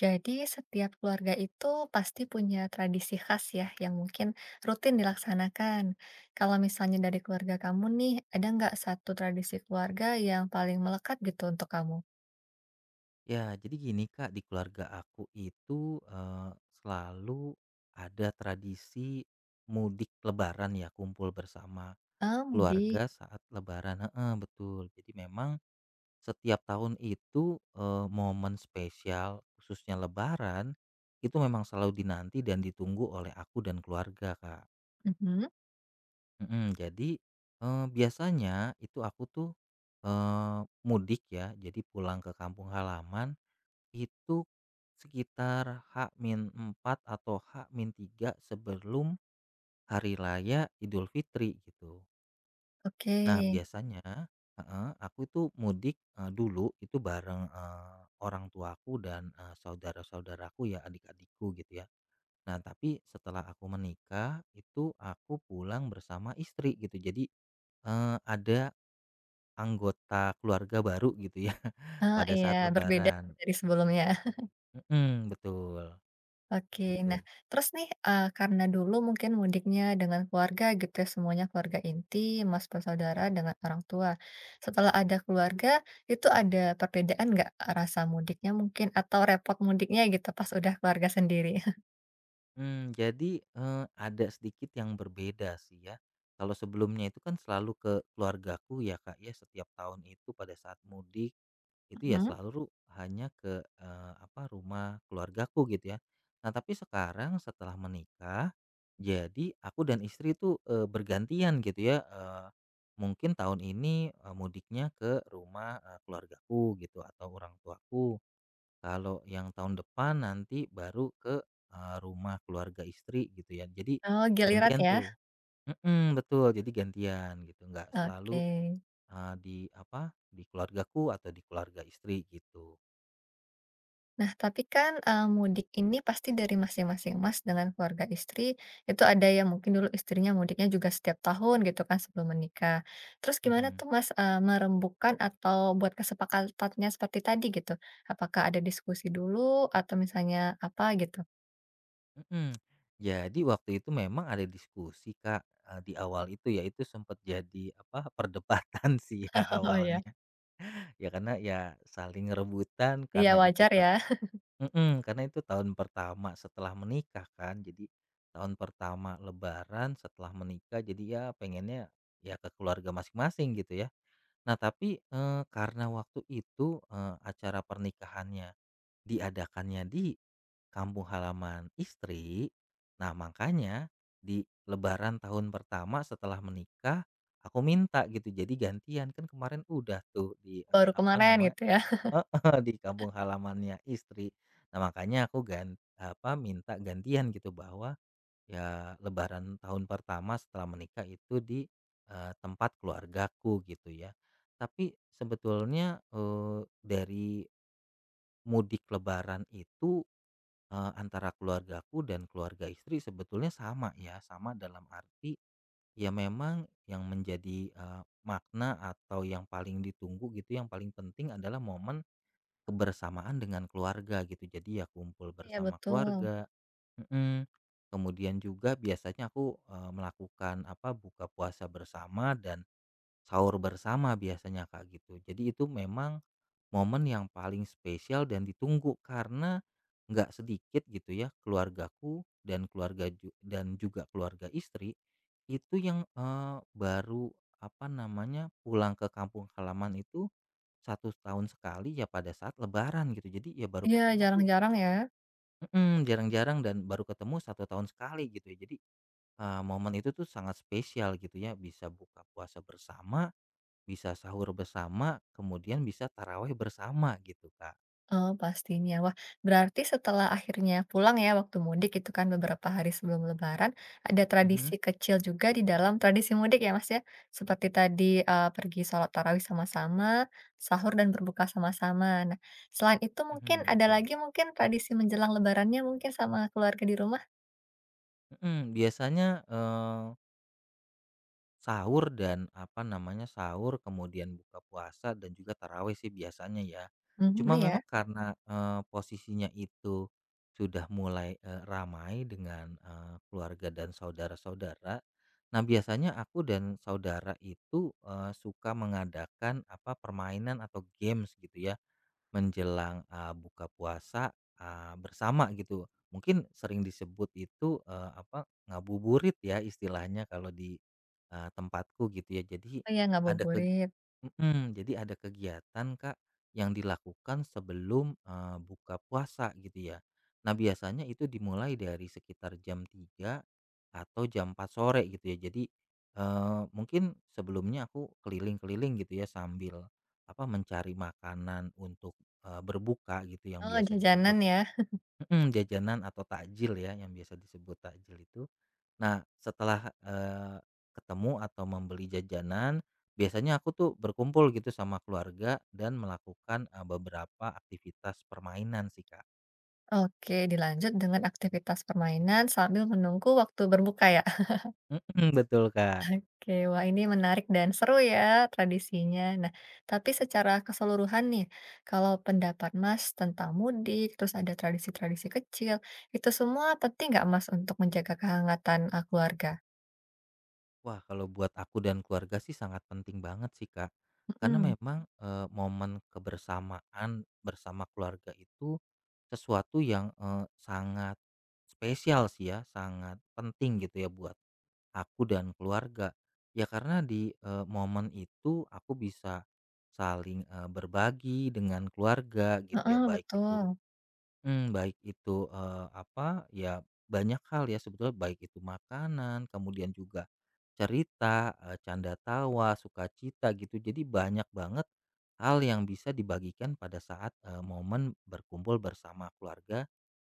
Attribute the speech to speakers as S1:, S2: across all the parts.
S1: Jadi setiap keluarga itu pasti punya tradisi khas ya yang mungkin rutin dilaksanakan. Kalau misalnya dari keluarga kamu nih, ada nggak satu tradisi keluarga yang paling melekat gitu untuk kamu?
S2: Ya, jadi gini Kak, di keluarga aku itu, selalu ada tradisi mudik lebaran ya, kumpul bersama
S1: Ah,
S2: keluarga
S1: mudik.
S2: saat lebaran, heeh, betul. Jadi memang setiap tahun itu, momen spesial khususnya lebaran, itu memang selalu dinanti dan ditunggu oleh aku dan keluarga, Kak.
S1: Mhm,
S2: Mhm. Jadi, biasanya itu aku tuh, mudik ya, jadi pulang ke kampung halaman itu sekitar H-4 atau H-3 sebelum hari raya Idul Fitri gitu.
S1: oke.
S2: Nah, biasanya, heeh, aku itu mudik, dulu itu bareng, orang tuaku dan, saudara-saudaraku ya, adik-adikku gitu ya. Nah, tapi setelah aku menikah itu aku pulang bersama istri gitu. Jadi, ada anggota keluarga baru gitu ya
S1: Ah,
S2: pada
S1: iya,
S2: saat
S1: berbeda
S2: lebaran.
S1: dari sebelumnya.
S2: Mhm, betul,
S1: Oke,
S2: gitu.
S1: nah terus nih, karena dulu mungkin mudiknya dengan keluarga gitu ya, semuanya keluarga inti, Mas, bersaudara dengan orang tua. Setelah ada keluarga, itu ada perbedaan nggak rasa mudiknya mungkin atau repot mudiknya gitu pas udah keluarga sendiri?
S2: Jadi, ada sedikit yang berbeda sih ya. Kalau sebelumnya itu kan selalu ke keluargaku ya, Kak, ya, setiap tahun itu pada saat mudik itu ya
S1: Mhm.
S2: selalu hanya ke, apa, rumah keluargaku gitu ya. Nah, tapi sekarang setelah menikah, jadi aku dan istri tuh, bergantian gitu ya, mungkin tahun ini, mudiknya ke rumah, keluargaku gitu atau orang tuaku. Kalau yang tahun depan nanti baru ke, rumah keluarga istri gitu ya. Jadi
S1: Oh, giliran
S2: gantian
S1: ya?
S2: tuh, mhm, betul. Jadi gantian gitu, nggak selalu,
S1: Oke.
S2: di apa, di keluargaku atau di keluarga istri gitu.
S1: Nah, tapi kan, mudik ini pasti dari masing-masing Mas dengan keluarga istri, itu ada yang mungkin dulu istrinya mudiknya juga setiap tahun gitu kan sebelum menikah. Terus gimana
S2: Mhm.
S1: tuh Mas, merembukan atau buat kesepakatannya seperti tadi gitu? Apakah ada diskusi dulu atau misalnya apa gitu?
S2: Mhm. Jadi waktu itu memang ada diskusi, Kak, di awal itu ya, itu sempat jadi apa, perdebatan sih ya
S1: Oh ya.
S2: awalnya. Ya karena ya saling rebutan
S1: Iya
S2: karena itu
S1: wajar ya,
S2: tak. Mhm, karena itu tahun pertama setelah menikah kan, jadi tahun pertama lebaran setelah menikah, jadi ya pengennya ya ke keluarga masing-masing gitu ya. Nah tapi, karena waktu itu, acara pernikahannya diadakannya di kampung halaman istri, nah makanya di lebaran tahun pertama setelah menikah, aku minta gitu jadi gantian, kan kemarin udah tuh di,
S1: baru
S2: apa
S1: kemarin
S2: nama,
S1: gitu ya.
S2: heeh, di kampung halamannya istri. Nah, makanya aku apa, minta gantian gitu bahwa ya lebaran tahun pertama setelah menikah itu di, tempat keluargaku gitu ya. Tapi sebetulnya, dari mudik lebaran itu, antara keluargaku dan keluarga istri sebetulnya sama ya, sama dalam arti ya memang yang menjadi, makna atau yang paling ditunggu gitu, yang paling penting adalah momen kebersamaan dengan keluarga gitu, jadi ya kumpul
S1: Iya
S2: bersama
S1: betul.
S2: keluarga. Mhm, kemudian juga biasanya aku, melakukan, apa, buka puasa bersama dan sahur bersama biasanya, Kak, gitu. Jadi itu memang momen yang paling spesial dan ditunggu karena nggak sedikit gitu ya keluargaku dan keluarga dan juga keluarga istri itu yang eh, baru apa namanya pulang ke kampung halaman itu 1 tahun sekali ya pada saat lebaran gitu jadi ya baru
S1: Iya,
S2: ketemu tuh.
S1: jarang-jarang ya.
S2: Mm, jarang-jarang dan baru ketemu 1 tahun sekali gitu ya, jadi eh, momen itu tuh sangat spesial gitu ya, bisa buka puasa bersama, bisa sahur bersama, kemudian bisa taraweh bersama gitu, Kak.
S1: Oh, pastinya. Wah, berarti setelah akhirnya pulang ya waktu mudik itu kan beberapa hari sebelum lebaran, ada
S2: Mhm.
S1: tradisi kecil juga di dalam tradisi mudik ya, Mas, ya? Seperti tadi pergi sholat tarawih sama-sama, sahur dan berbuka sama-sama. Nah, selain itu mungkin
S2: Mhm,
S1: ada
S2: betul.
S1: lagi mungkin tradisi menjelang lebarannya mungkin sama keluarga di rumah?
S2: Mhm, biasanya, sahur dan apa namanya, sahur kemudian buka puasa dan juga tarawih sih biasanya ya.
S1: Mhm,
S2: Cuma
S1: ya?
S2: memang karena, posisinya itu sudah mulai, ramai dengan, keluarga dan saudara-saudara. Nah, biasanya aku dan saudara itu, suka mengadakan apa, permainan atau games gitu ya menjelang, buka puasa, bersama gitu. Mungkin sering disebut itu, apa, ngabuburit ya istilahnya kalau di, tempatku gitu ya. Jadi
S1: Oh, iya,
S2: ada ke,
S1: ngabuburit.
S2: mhm, jadi ada kegiatan, Kak, yang dilakukan sebelum, buka puasa gitu ya. Nah, biasanya itu dimulai dari sekitar jam 3 atau jam 4 sore gitu ya. Jadi, mungkin sebelumnya aku keliling-keliling gitu ya sambil, apa, mencari makanan untuk, berbuka gitu yang
S1: Oh,
S2: biasa disebut,
S1: jajanan ya?
S2: mhm, jajanan atau takjil ya, yang biasa disebut takjil itu. Nah, setelah, ketemu atau membeli jajanan, biasanya aku tuh berkumpul gitu sama keluarga dan melakukan, beberapa aktivitas permainan sih, Kak.
S1: Oke, dilanjut dengan aktivitas permainan sambil menunggu waktu berbuka ya?
S2: Mhm, betul, Kak.
S1: Oke, wah ini menarik dan seru ya tradisinya. Nah, tapi secara keseluruhan nih, kalau pendapat Mas tentang mudik, terus ada tradisi-tradisi kecil, itu semua penting nggak Mas untuk menjaga kehangatan, keluarga?
S2: Wah, kalau buat aku dan keluarga sih sangat penting banget sih, Kak. Karena
S1: Mhm,
S2: memang, momen kebersamaan bersama keluarga itu sesuatu yang, sangat spesial sih ya, sangat penting gitu ya buat aku dan keluarga. Ya karena di, momen itu aku bisa saling, berbagi dengan keluarga gitu ya,
S1: heeh,
S2: baik itu,
S1: betul.
S2: baik itu, apa, ya banyak hal ya sebetulnya, baik itu makanan, kemudian juga cerita, canda tawa, sukacita gitu. Jadi banyak banget hal yang bisa dibagikan pada saat, momen berkumpul bersama keluarga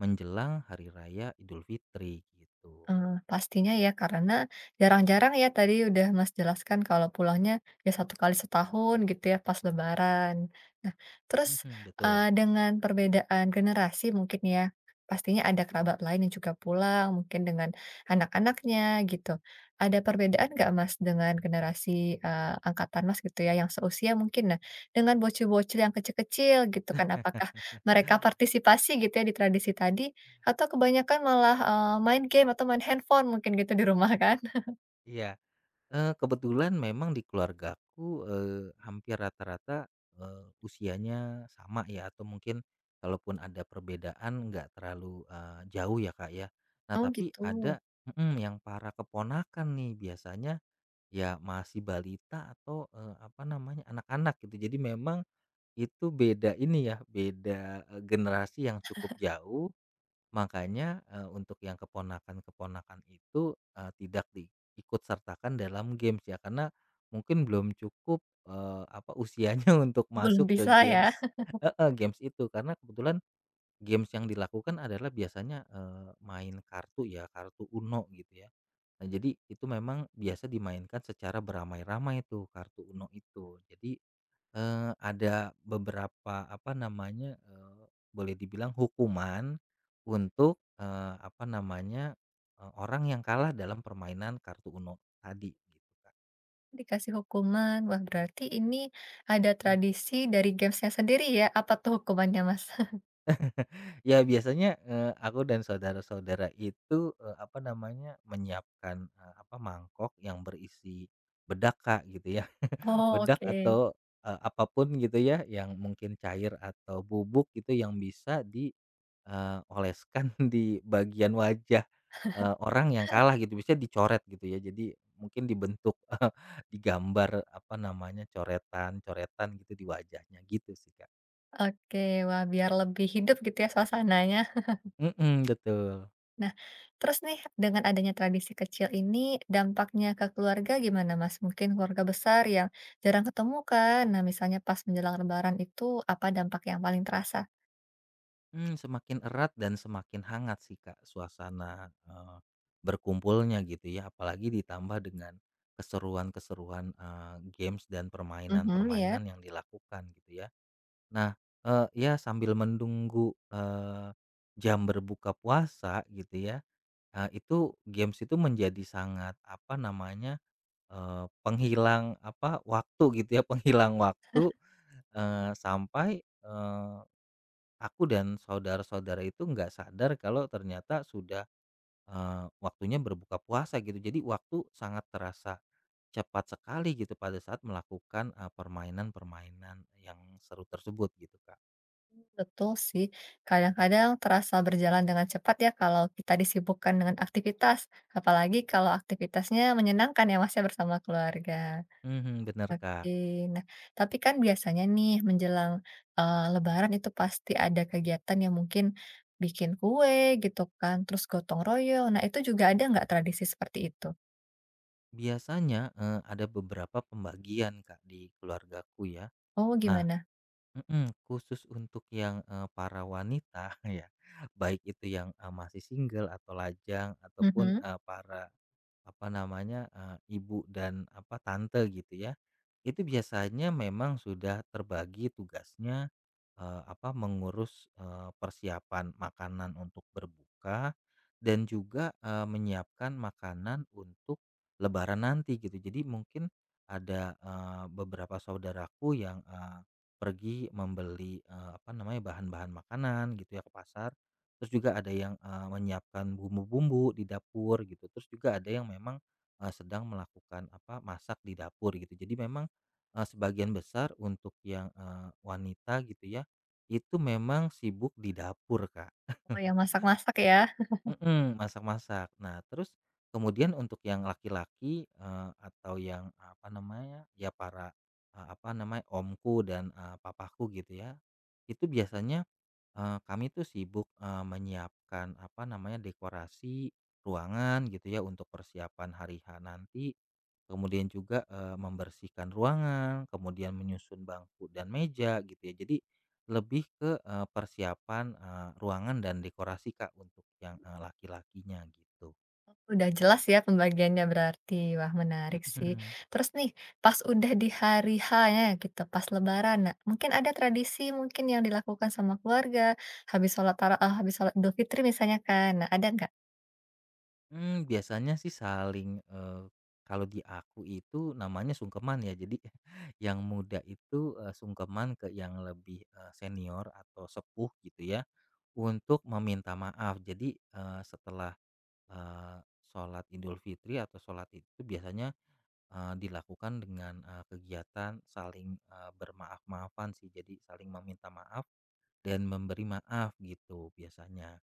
S2: menjelang hari raya Idul Fitri gitu.
S1: Eee, pastinya ya karena jarang-jarang ya tadi udah Mas jelaskan kalau pulangnya ya satu kali setahun gitu ya pas lebaran. Nah terus,
S2: Mhm, betul.
S1: dengan perbedaan generasi mungkin ya, pastinya ada kerabat lain yang juga pulang mungkin dengan anak-anaknya gitu. Ada perbedaan nggak Mas dengan generasi, angkatan Mas gitu ya yang seusia mungkin nah, dengan bocil-bocil yang kecil-kecil gitu kan apakah mereka partisipasi gitu ya di tradisi tadi? Atau kebanyakan malah, main game atau main handphone mungkin gitu di rumah kan?
S2: Iya. Kebetulan memang di keluargaku, hampir rata-rata, usianya sama ya, atau mungkin kalaupun ada perbedaan nggak terlalu, jauh ya, Kak, ya. Nah,
S1: Oh
S2: tapi
S1: gitu,
S2: ada, mhm, yang para keponakan nih biasanya ya masih balita atau, apa namanya, anak-anak gitu. Jadi memang itu beda ini ya, beda, generasi yang cukup jauh. Makanya, untuk yang keponakan-keponakan itu, tidak diikut sertakan dalam games ya, karena mungkin belum cukup, apa, usianya untuk
S1: belum
S2: masuk ke
S1: bisa ya?
S2: games. Games, heeh, games itu. Karena kebetulan games yang dilakukan adalah biasanya, main kartu ya, kartu UNO gitu ya. Nah, jadi itu memang biasa dimainkan secara beramai-ramai tuh, kartu UNO itu. Jadi, ada beberapa, apa namanya, boleh dibilang hukuman untuk, apa namanya, orang yang kalah dalam permainan kartu Uno tadi gitu, Kak.
S1: Dikasih hukuman, wah berarti ini ada tradisi dari gamesnya sendiri ya? Apa tuh hukumannya, Mas?
S2: Ya biasanya, aku dan saudara-saudara itu, apa namanya, menyiapkan, apa, mangkok yang berisi bedak, Kak, gitu ya.
S1: Oh
S2: Bedak
S1: oke,
S2: atau, apa gitu ya yang mungkin cair atau bubuk gitu yang bisa di, oleskan di bagian wajah, orang yang kalah gitu, biasanya dicoret gitu ya. Jadi mungkin dibentuk, eh, digambar apa namanya, coretan-coretan gitu di wajahnya gitu sih, Kak.
S1: oke, wah biar lebih hidup gitu ya suasananya.
S2: Mhm, betul.
S1: Nah, terus nih dengan adanya tradisi kecil ini dampaknya ke keluarga gimana, Mas? Mungkin keluarga besar yang jarang ketemu kan? Nah misalnya pas menjelang lebaran itu apa dampak yang paling terasa?
S2: Semakin erat dan semakin hangat sih, Kak, suasana, berkumpulnya gitu ya, apalagi ditambah dengan keseruan-keseruan, games dan
S1: Mhm, iya.
S2: permainan-permainan yang dilakukan gitu ya. Nah, ya sambil menunggu, jam berbuka puasa gitu ya, itu games itu menjadi sangat apa namanya, penghilang apa, waktu gitu ya, penghilang waktu, sampai, aku dan saudara-saudara itu nggak sadar kalau ternyata sudah, waktunya berbuka puasa gitu. Jadi waktu sangat terasa cepat sekali gitu pada saat melakukan, permainan-permainan yang seru tersebut gitu, Kak.
S1: Betul sih, kadang-kadang terasa berjalan dengan cepat ya kalau kita disibukkan dengan aktivitas, apalagi kalau aktivitasnya menyenangkan ya Mas ya bersama keluarga.
S2: Mhm, bener,
S1: Oke,
S2: Kak.
S1: nah tapi kan biasanya nih menjelang eh, Lebaran itu pasti ada kegiatan yang mungkin bikin kue gitu kan, terus gotong royong. Nah itu juga ada nggak tradisi seperti itu?
S2: Biasanya, ada beberapa pembagian, Kak, di keluargaku ya.
S1: Oh
S2: Nah,
S1: gimana?
S2: mhm, khusus untuk yang, para wanita ya, baik itu yang, masih single atau lajang ataupun,
S1: Mhm.
S2: para apa namanya, ibu dan apa tante gitu ya, itu biasanya memang sudah terbagi tugasnya, apa mengurus, persiapan makanan untuk berbuka dan juga, menyiapkan makanan untuk lebaran nanti gitu. Jadi mungkin ada, beberapa saudaraku yang, pergi membeli, apa namanya, bahan-bahan makanan gitu ya ke pasar. Terus juga ada yang, menyiapkan bumbu-bumbu di dapur gitu, terus juga ada yang memang, sedang melakukan apa, masak di dapur gitu. Jadi memang, sebagian besar untuk yang, wanita gitu ya, itu memang sibuk di dapur, Kak.
S1: Oh yang masak-masak ya?
S2: Mhm, masak-masak. Nah, terus kemudian untuk yang laki-laki, atau yang, apa namanya, ya para, apa namanya, omku dan, papaku gitu ya, itu biasanya, kami tuh sibuk, menyiapkan, apa namanya, dekorasi ruangan gitu ya untuk persiapan hari H nanti, kemudian juga, membersihkan ruangan, kemudian menyusun bangku dan meja gitu ya. Jadi lebih ke, persiapan, ruangan dan dekorasi, Kak, untuk yang, laki-lakinya gitu.
S1: Udah jelas ya pembagiannya berarti. Wah, menarik sih.
S2: Mhm.
S1: Terus nih, pas udah di hari H-nya ya gitu, pas lebaran, nah, mungkin ada tradisi mungkin yang dilakukan sama keluarga, habis sholat tarawih eh, habis sholat Idul Fitri misalnya kan. Nah, ada nggak?
S2: Biasanya sih saling, kalau di aku itu namanya sungkeman ya, jadi yang muda itu, sungkeman ke yang lebih, senior atau sepuh gitu ya, untuk meminta maaf. Jadi, setelah, eee, sholat Idul Fitri atau sholat Id itu biasanya, dilakukan dengan, kegiatan saling, bermaaf-maafan sih, jadi saling meminta maaf dan memberi maaf gitu biasanya.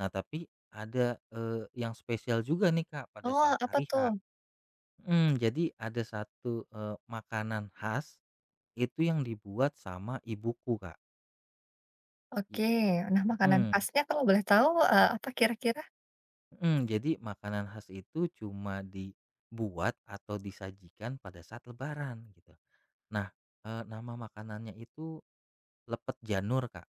S2: Nah tapi ada, yang spesial juga nih, Kak, pada
S1: Oh,
S2: saat
S1: apa
S2: hari
S1: tuh?
S2: H. Mhm, jadi ada satu, makanan khas itu yang dibuat sama ibuku, Kak. Ye,
S1: Oke. Nah, makanan
S2: mhm,
S1: khasnya kalau boleh tahu eh, apa kira-kira?
S2: mhm, jadi makanan khas itu cuma dibuat atau disajikan pada saat lebaran gitu. Nah, nama makanannya itu lepet janur, Kak.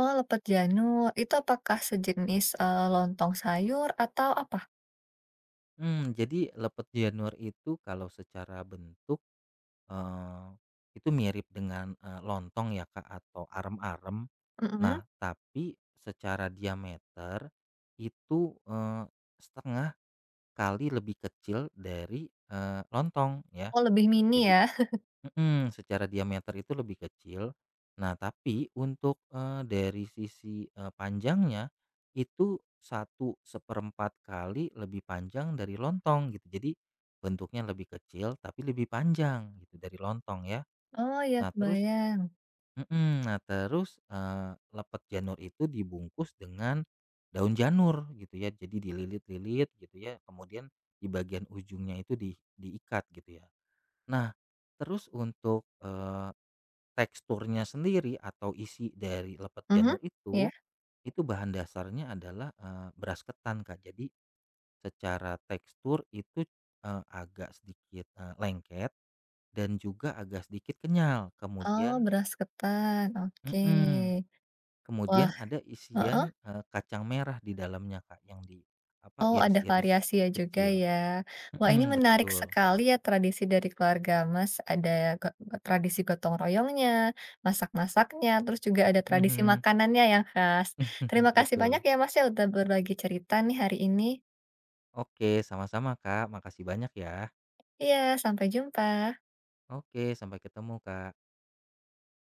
S1: Oh, lepet janur. Itu apakah sejenis eh, lontong sayur atau apa?
S2: Jadi lepet janur itu kalau secara bentuk, eee, itu mirip dengan, lontong ya, Kak, atau arem-arem.
S1: Mm-mm.
S2: Nah, tapi secara diameter itu, eee, setengah kali lebih kecil dari, lontong ya.
S1: Oh, lebih mini
S2: Jadi,
S1: ya.
S2: mhm, secara diameter itu lebih kecil. Nah, tapi untuk, dari sisi, panjangnya itu satu seperempat kali lebih panjang dari lontong gitu. Jadi bentuknya lebih kecil tapi lebih panjang gitu dari lontong ya.
S1: Oh, ya
S2: Nah terus,
S1: kebayang.
S2: mhm, nah terus, lepet janur itu dibungkus dengan daun janur gitu ya, jadi dililit-lilit gitu ya, kemudian di bagian ujungnya itu diikat gitu ya. Nah, terus untuk, teksturnya sendiri atau isi dari lepet
S1: Mhm,
S2: janur
S1: Ya.
S2: itu bahan dasarnya adalah, beras ketan, Kak. Jadi secara tekstur itu, agak sedikit, lengket dan juga agak sedikit kenyal.
S1: Oh,
S2: Kemudian,
S1: beras ketan, oke.
S2: mhm.
S1: Mhm. Wah
S2: Kemudian ada
S1: heeh,
S2: isian, kacang merah di dalamnya, Kak, yang di apa,
S1: oh ada
S2: iris-iris
S1: variasi ya juga
S2: kecil.
S1: ya. Wah ini
S2: Mhm,
S1: menarik
S2: betul.
S1: sekali ya tradisi dari keluarga Mas, ada go tradisi gotong royongnya, masak-masaknya, terus juga ada tradisi
S2: Mhm.
S1: makanannya yang khas. Terima kasih banyak
S2: Betul.
S1: ya Mas ya udah berbagi cerita nih hari ini.
S2: Oke, sama-sama, Kak. Makasih banyak ya.
S1: Iya, sampai jumpa.
S2: Oke, sampai ketemu, Kak.